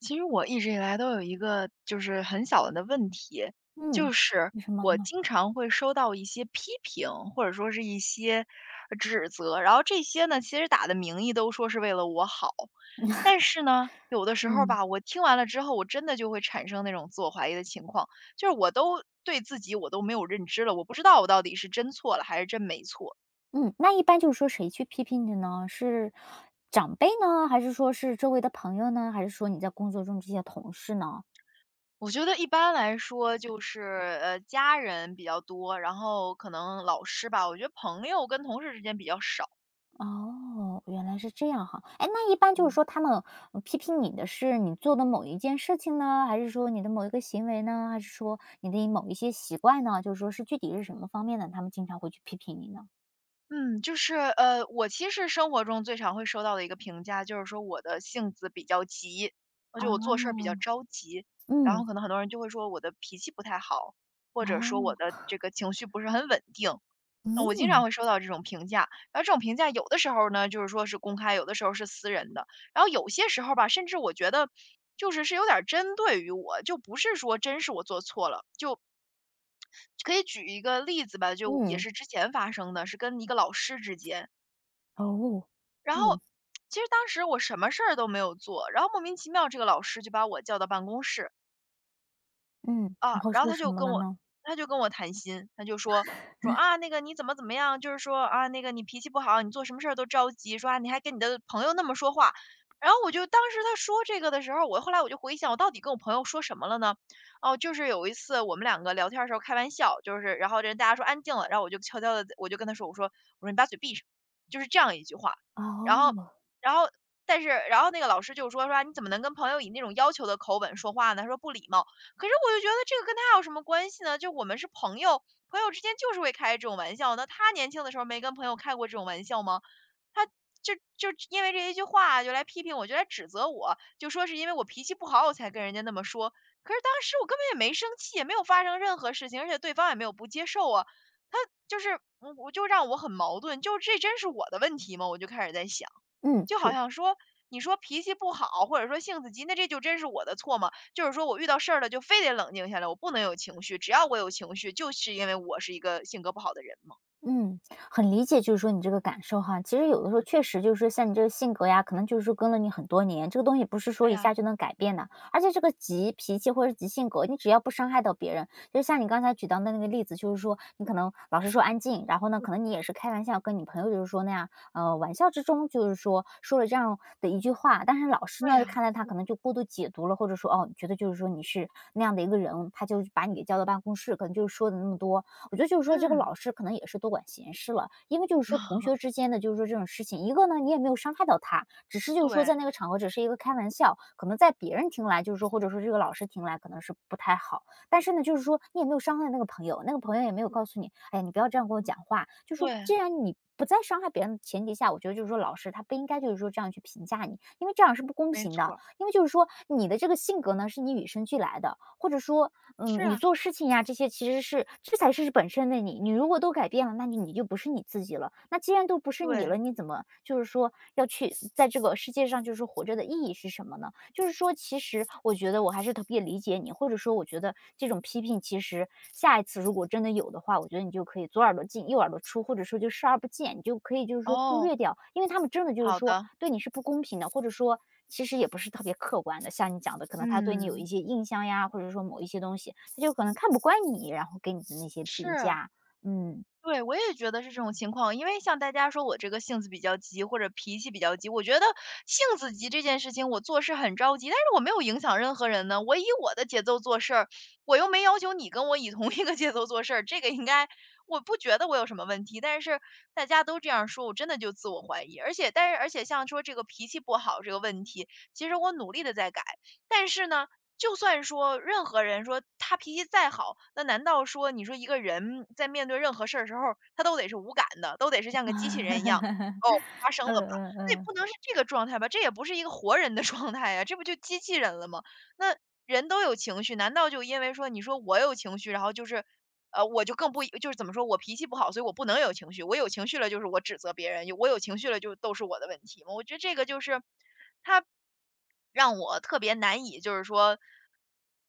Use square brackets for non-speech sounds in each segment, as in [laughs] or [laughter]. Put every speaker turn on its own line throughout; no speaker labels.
其实我一直以来都有一个就是很小的问题，
嗯，
就是
为什么
我
呢？
经常会收到一些批评，或者说是一些指责，然后这些呢，其实打的名义都说是为了我好，但是呢，有的时候
嗯，
吧，我听完了之后，我真的就会产生那种自我怀疑的情况，就是我都对自己我都没有认知了，我不知道我到底是真错了还是真没错，
嗯，那一般就是说谁去批评你呢？是长辈呢？还是说是周围的朋友呢？还是说你在工作中这些同事呢？
我觉得一般来说就是，家人比较多，然后可能老师吧，我觉得朋友跟同事之间比较少。
哦，原来是这样哈。哎，那一般就是
嗯。
说他们批评你的是你做的某一件事情呢，还是说你的某一个行为呢，还是说你的某一些习惯呢？就是说是具体是什么方面的，他们经常会去批评你呢？
嗯，就是，我其实生活中最常会收到的一个评价，就是说我的性子比较急，而且
啊，
我做事儿比较着急，然后
嗯，
可能很多人就会说我的脾气不太好，或者说
哦，
我的这个情绪不是很稳定。我
嗯
经常会收到这种评价，然后这种评价有的时候呢，就是说是公开，有的时候是私人的，然后有些时候吧，甚至我觉得就是是有点儿针对于我，就不是说真是我做错了。可以举一个例子吧，就也
嗯，
是之前发生的，是跟一个老师之间，
哦，
然后
嗯
其实当时我什么事儿都没有做，然后莫名其妙这个老师就把我叫到办公室，
嗯，
啊，
然后
然后
说
他
什
就
么
跟
了
我
呢？
他就跟我谈心，他就说：“啊，那个你怎么怎么样，就是说，啊，那个你脾气不好，你做什么事儿都着急，说，啊，你还跟你的朋友那么说话。”然后我就当时他说这个的时候，我后来我就回想，我到底跟我朋友说什么了呢？哦，就是有一次我们两个聊天的时候开玩笑，就是然后大家说安静了，然后我就悄悄的跟他说，我说你把嘴闭上，就是这样一句话。
哦，
然后然后但是那个老师就说啊你怎么能跟朋友以那种要求的口吻说话呢？他说不礼貌。可是我就觉得这个跟他有什么关系呢？就我们是朋友，朋友之间就是会开这种玩笑。那他年轻的时候没跟朋友开过这种玩笑吗？他就因为这一句话就来批评我，就来指责我，就说是因为我脾气不好我才跟人家那么说。可是当时我根本也没生气，也没有发生任何事情，而且对方也没有不接受啊。他就是我就让我很矛盾，就这真是我的问题吗？我就开始在想。
嗯，
就好
是，
像说，你说脾气不好，或者说性子急，那这就真是我的错吗？就是说我遇到事儿了，就非得冷静下来，我不能有情绪，只要我有情绪，就是因为我是一个性格不好的人吗？
嗯，很理解，就是说你这个感受哈。其实有的时候
嗯，
确实就是说像你这个性格呀，可能就是说跟了你很多年，这个东西不是
对
说一
呀，
下就能改变的。而且这个急脾气或者急性格，你只要不伤害到别人，就像你刚才举到的那个例子，就是说你可能老是说安静，然后呢，可能你也是开玩笑跟你朋友就是说那样，玩笑之中就是说说了这样的一句话，但是老师
对
呢
呀，
看待他可能就过度解读了，或者说哦，觉得就是说你是那样的一个人，他就把你给叫到办公室，可能就是说的那么多，我觉得就是说这个
嗯，
老师可能也是多管闲事了，因为就是说同学之间的就是说这种事情，一个呢你也没有伤害到他，只是就是说
对，
在那个场合只是一个开玩笑，可能在别人听来就是说，或者说这个老师听来可能是不太好，但是呢就是说你也没有伤害那个朋友，那个朋友也没有告诉你，哎呀你不要这样跟我讲话，就说
对，
既然你。不在伤害别人的前提下，我觉得就是说，老师他不应该就是说这样去评价你，因为这样是不公
没
平的。
错，
因为就是说，你的这个性格呢是你与生俱来的，或者说
是
嗯，你
啊，
做事情呀，这些其实是这才是本身的你。你如果都改变了，那你就不是你自己了。那既然都不是你
对，
了，你怎么就是说要去在这个世界上就是活着的意义是什么呢？就是说，其实我觉得我还是特别理解你，或者说我觉得这种批评，其实下一次如果真的有的话，我觉得你就可以左耳朵进右耳朵出，或者说就视而不见，你就可以就是说忽
哦，
略掉，因为他们真的就是
好
说
的。
对你是不公平的，或者说其实也不是特别客观的。像你讲的，可能他对你有
嗯，
一些印象呀，或者说某一些东西，他就可能看不惯你，然后给你的那些评
是。
价，嗯，
对，我也觉得是这种情况。因为像大家说我这个性子比较急，或者脾气比较急，我觉得性子急这件事情我做事很着急，但是我没有影响任何人呢。我以我的节奏做事儿，我又没要求你跟我以同一个节奏做事儿，这个应该我不觉得我有什么问题。但是大家都这样说，我真的就自我怀疑。而且像说这个脾气不好这个问题，其实我努力的在改，但是呢，就算说任何人说他脾气再好，那难道说你说一个人在面对任何事儿的时候，他都得是无感的，都得是像个机器人一样，哦，发
[laughs] 嗯
生了吧？
嗯
那也
嗯
不能是这个状态吧？这也不是一个活人的 [laughs] 状态呀，这不就机器人了吗？那人都有情绪，难道就因为说你说我有情绪，然后就是，我就更不就是怎么说我脾气不好，所以我不能有情绪，我有情绪了就是我指责别人，我有情绪了就都是我的问题吗？我觉得这个就是他。让我特别难以就是说，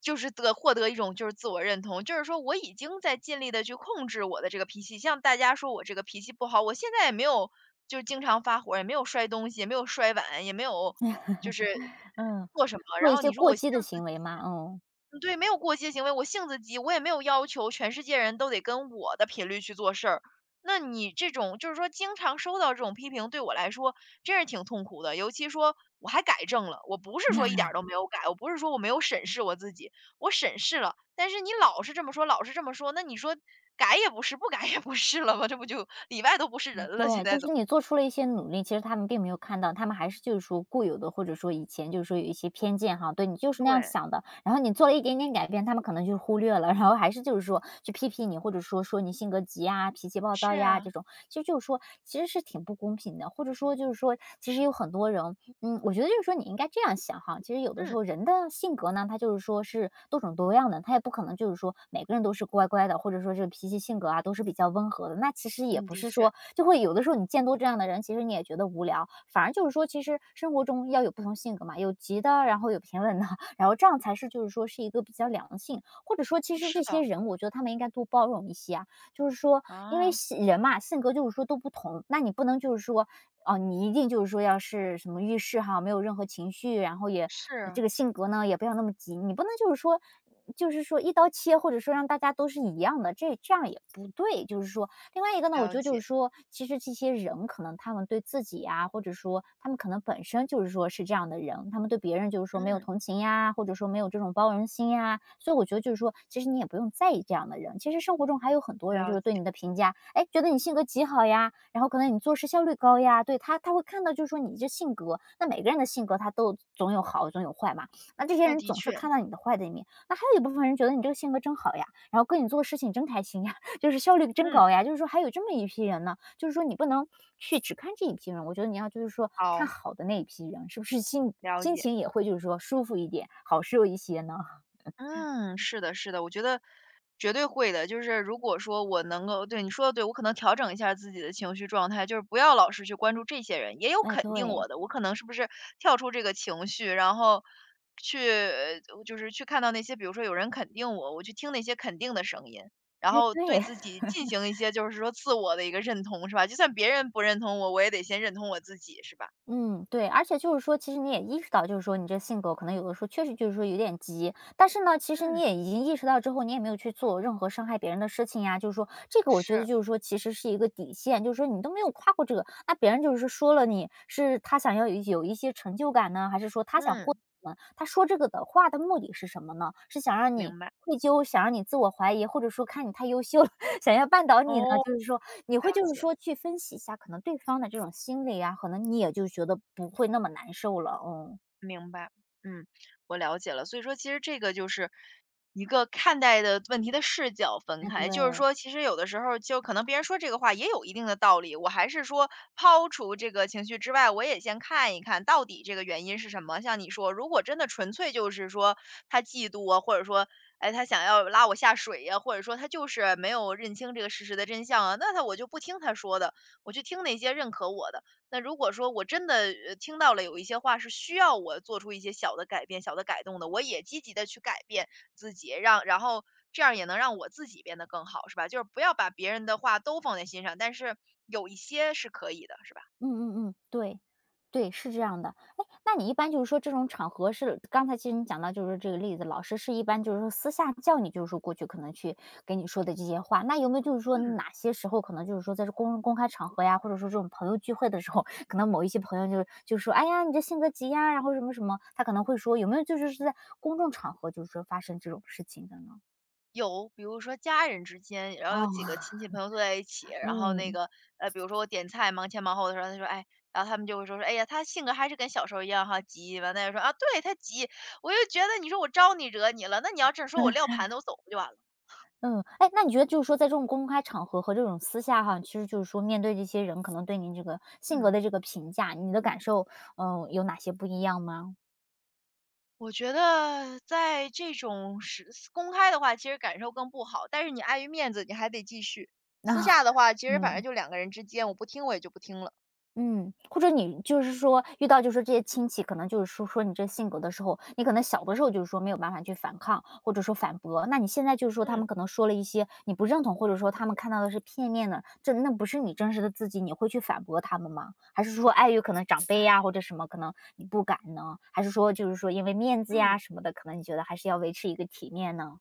就是得获得一种就是自我认同，就是说我已经在尽力的去控制我的这个脾气，像大家说我这个脾气不好，我现在也没有就是经常发火，也没有摔东西，也没有摔碗，也没有就是
嗯，
做什么，然
做一
后
些
你说
过
我性
激的
子
行为嘛，嗯。
嗯对，没有过激行为，我性子急，我也没有要求全世界人都得跟我的频率去做事儿。那你这种就是说经常收到这种批评，对我来说真是挺痛苦的。尤其说我还改正了，我不是说一点儿都没有改，我不是说我没有审视我自己，我审视了。但是你老是这么说，老是这么说，那你说改也不是，不改也不是了吗？这不就里外都不是人了？现
对，
在
就是
怎么？
你做出了一些努力，其实他们并没有看到，他们还是就是说固有的，或者说以前就是说有一些偏见哈，对你就是那样
对，
想的，然后你做了一点点改变，他们可能就忽略了，[laughs] 然后还是就是说去批评你，或者说说你性格急呀、脾气暴
是
躁呀
啊，
这种，其实就是说其实是挺不公平的，或者说就是说其实有很多人，嗯，我觉得就是说你应该这样想哈，其实有的时
嗯
候人的性格呢，他就是说是多种多样的，他也不可能就是说每个人都是乖乖的，或者说这个脾气性格啊都是比较温和的，那其实也
嗯，
不
的
是
确，
说就会有的时候你见多这样的人，其实你也觉得无聊。反而就是说，其实生活中要有不同性格嘛，有急的，然后有平稳的，[laughs] 然后这样才是就是说是一个比较良性，或者说其实
是
这些
的
人，我觉得他们应该多包容一些啊。就是说，因为
啊，
性人嘛，性格就是说都不同，那你不能就是说，哦，你一定就是说要是什么遇事哈，没有任何情绪，然后也这
是，
个性格呢也不要那么急，你不能就是说。就是说一刀切，或者说让大家都是一样的，这样也不对。就是说，另外一个呢，我
了
觉得就是
解，
说，其实这些人可能他们对自己啊，或者说他们可能本身就是说是这样的人，他们对别人就是说没有
嗯，
同情呀，或者说没有这种包容心呀。所以我觉得就是说，其实你也不用在意这样的人。其实生活中还有很多人
了
就是对
解。
你的评价，哎，觉得你性格极好呀，然后可能你做事效率高呀，对他会看到就是说你这性格，那每个人的性格他都总有好总有坏嘛。那这些
哦，
人
的
总是
确，
看到你的坏的一面，那还有一部分人觉得你这个性格真好呀，然后跟你做事情真开心呀。就是效率真
嗯，
高呀，就是说还有这么一批人呢，就是说你不能去只看这一批人，我觉得你要就是说看
好，
好的那一批人，是不是心
了
心
解，
情也会就是说舒服一点，好受一些呢？
嗯，是的，是的，我觉得绝对会的。就是如果说我能够，对，你说的对，我可能调整一下自己的情绪状态，就是不要老是去关注这些人，也有
哎，
肯定
对，
我的，我可能是不是跳出这个情绪，然后去就是去看到那些，比如说有人肯定我，我去听那些肯定的声音，然
哎，
后对
对，
自
[laughs]
己进行一些就是说自我的一个认同，是吧？就算别人不认同我，我也得先认同我自己，是吧？
嗯，对，而且就是说，其实你也意识到，就是说你这性格可能有的时候确实就是说有点急，但是呢，其实你
嗯，
也已经意识到之后，你也没有去做任何伤害别人的事情呀。就是说，这个我觉得
是，
就是说，其实是一个底线，就是说你都没有跨过这个，那别人就是说了你，是他想要有一些成就感呢，还是说他想获
嗯，
得什么？他说这个的话的目的是什么呢？是想让
明
你
白。
愧疚，想让你自我怀疑，或者说看你太优秀了，[laughs] 想要绊倒你呢？
哦，
就是说，你
了
会就是
解，
说去分析一下可能对方的这种心理啊，可能你也就觉得不会那么难受了。嗯，
明白，嗯，我了解了。所以说其实这个就是一个看待的问题的视角分
哎，对。
开，就是说其实有的时候就可能别人说这个话也有一定的道理，我还是说抛除这个情绪之外，我也先看一看到底这个原因是什么。像你说，如果真的纯粹就是说他嫉妒啊，或者说哎他想要拉我下水呀、或者说他就是没有认清这个事实的真相啊，那我就不听他说的，我去听那些认可我的。那如果说我真的听到了有一些话是需要我做出一些小的改变、小的改动的，我也积极的去改变自己，然后这样也能让我自己变得更好，是吧？就是不要把别人的话都放在心上，但是有一些是可以的，是吧？
嗯嗯嗯，对，对，是这样的。哎，那你一般就是说这种场合是刚才其实你讲到就是这个例子，老师是一般就是说私下叫你，就是说过去可能去给你说的这些话，那有没有就是说
嗯。
哪些时候可能就是说在这公公开场合呀，或者说这种朋友聚会的时候，可能某一些朋友就是就说："哎呀，你这性格急呀"，然后什么什么，他可能会说有没有就是是在公众场合就是说发生这种事情的呢？
有，比如说家人之间，然后有几个
哦，
亲戚朋友坐在一起，
[laughs]
然后
嗯。
比如说我点菜忙前忙后的时候，他说：“哎”，然后他们就会说：“哎呀，他性格还是跟小时候一样哈，急。”完了又说：“啊，对，他急。”我就觉得你说我招你惹你了，那你要真说我撂盘子，我走不就完了？
嗯，哎，那你觉得就是说在这种公开场合和这种私下哈，其实就是说面对这些人可能对您这个性格的
嗯，
这个评价，你的感受，嗯，有哪些不一样吗？
我觉得在这种是公开的话，其实感受更不好，但是你碍于面子，你还得继续。
[laughs]
私下
那
的话，其实反正
嗯。
就两个人之间，我不听我也就不听了。
嗯，或者你就是说遇到就是这些亲戚，可能就是说说你这性格的时候，你可能小的时候就是说没有办法去反抗，或者说反驳，那你现在就是说他
嗯，
们可能说了一些你不认同，或者说他们看到的是片面的，这那不是你真实的自己，你会去反驳他们吗？还是说碍于可能长辈
哎，
呀或者什么，可能你不敢呢？还是说就是说因为面子
嗯。
呀什么的，可能你觉得还是要维持一个体面呢？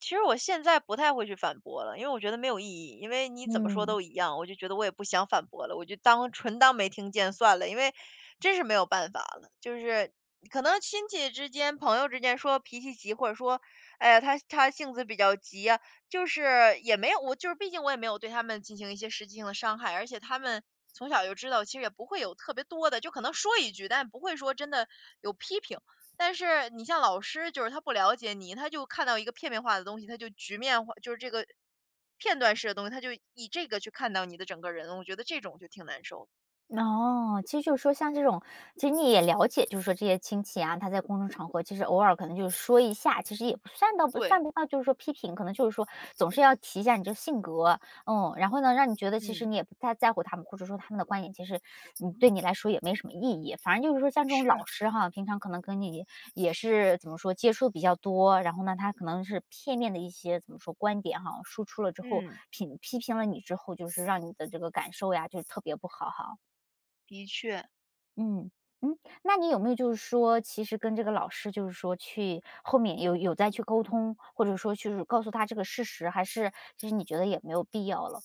其实我现在不太会去反驳了，因为我觉得没有意义，因为你怎么说
嗯。
都一样，我就觉得我也不想反驳了，我就纯当没听见算了，因为真是没有办法了。就是可能亲戚之间、朋友之间说脾气急，或者说，哎呀，他性子比较急啊，就是也没有，我就是毕竟我也没有对他们进行一些实际性的伤害，而且他们。从小就知道，其实也不会有特别多的，就可能说一句，但不会说真的有批评。但是你像老师，就是他不了解你，他就看到一个片面化的东西，他就局面化，就是这个片段式的东西，他就以这个去看到你的整个人，我觉得这种就挺难受。
哦，其实就是说像这种其实你也了解，就是说这些亲戚啊，他在公众场合其实偶尔可能就是说一下，其实也不算到不
对，
算不到就是说批评，可能就是说总是要提一下你这性格，嗯，然后呢，让你觉得其实
嗯，
你也不太在乎他们，或者说他们的观点其实，你对你来说也没什么意义。反正就是说像这种
是，
老师哈，平常可能跟你也是怎么说接触比较多，然后呢，他可能是片面的一些怎么说观点哈，输出了之后，
嗯，
品批评了你之后，就是让你的这个感受呀，就是特别不好哈。
的确，
嗯，嗯，那你有没有就是说，其实跟这个老师就是说去后面有再去沟通，或者说就是告诉他这个事实，还是其实你觉得也没有必要了？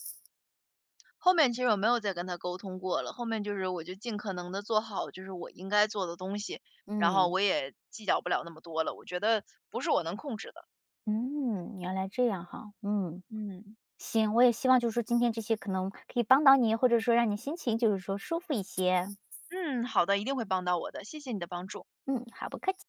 后面其实我没有再跟他沟通过了，后面就是我就尽可能的做好就是我应该做的东西，然后
嗯。
我也计较不了那么多了，我觉得不是我能控制的。
嗯，原来这样哈，嗯，
嗯。
行，我也希望就是说今天这些可能可以帮到你，或者说让你心情就是说舒服一些。
嗯，好的，一定会帮到我的，谢谢你的帮助。
嗯，好，不客气。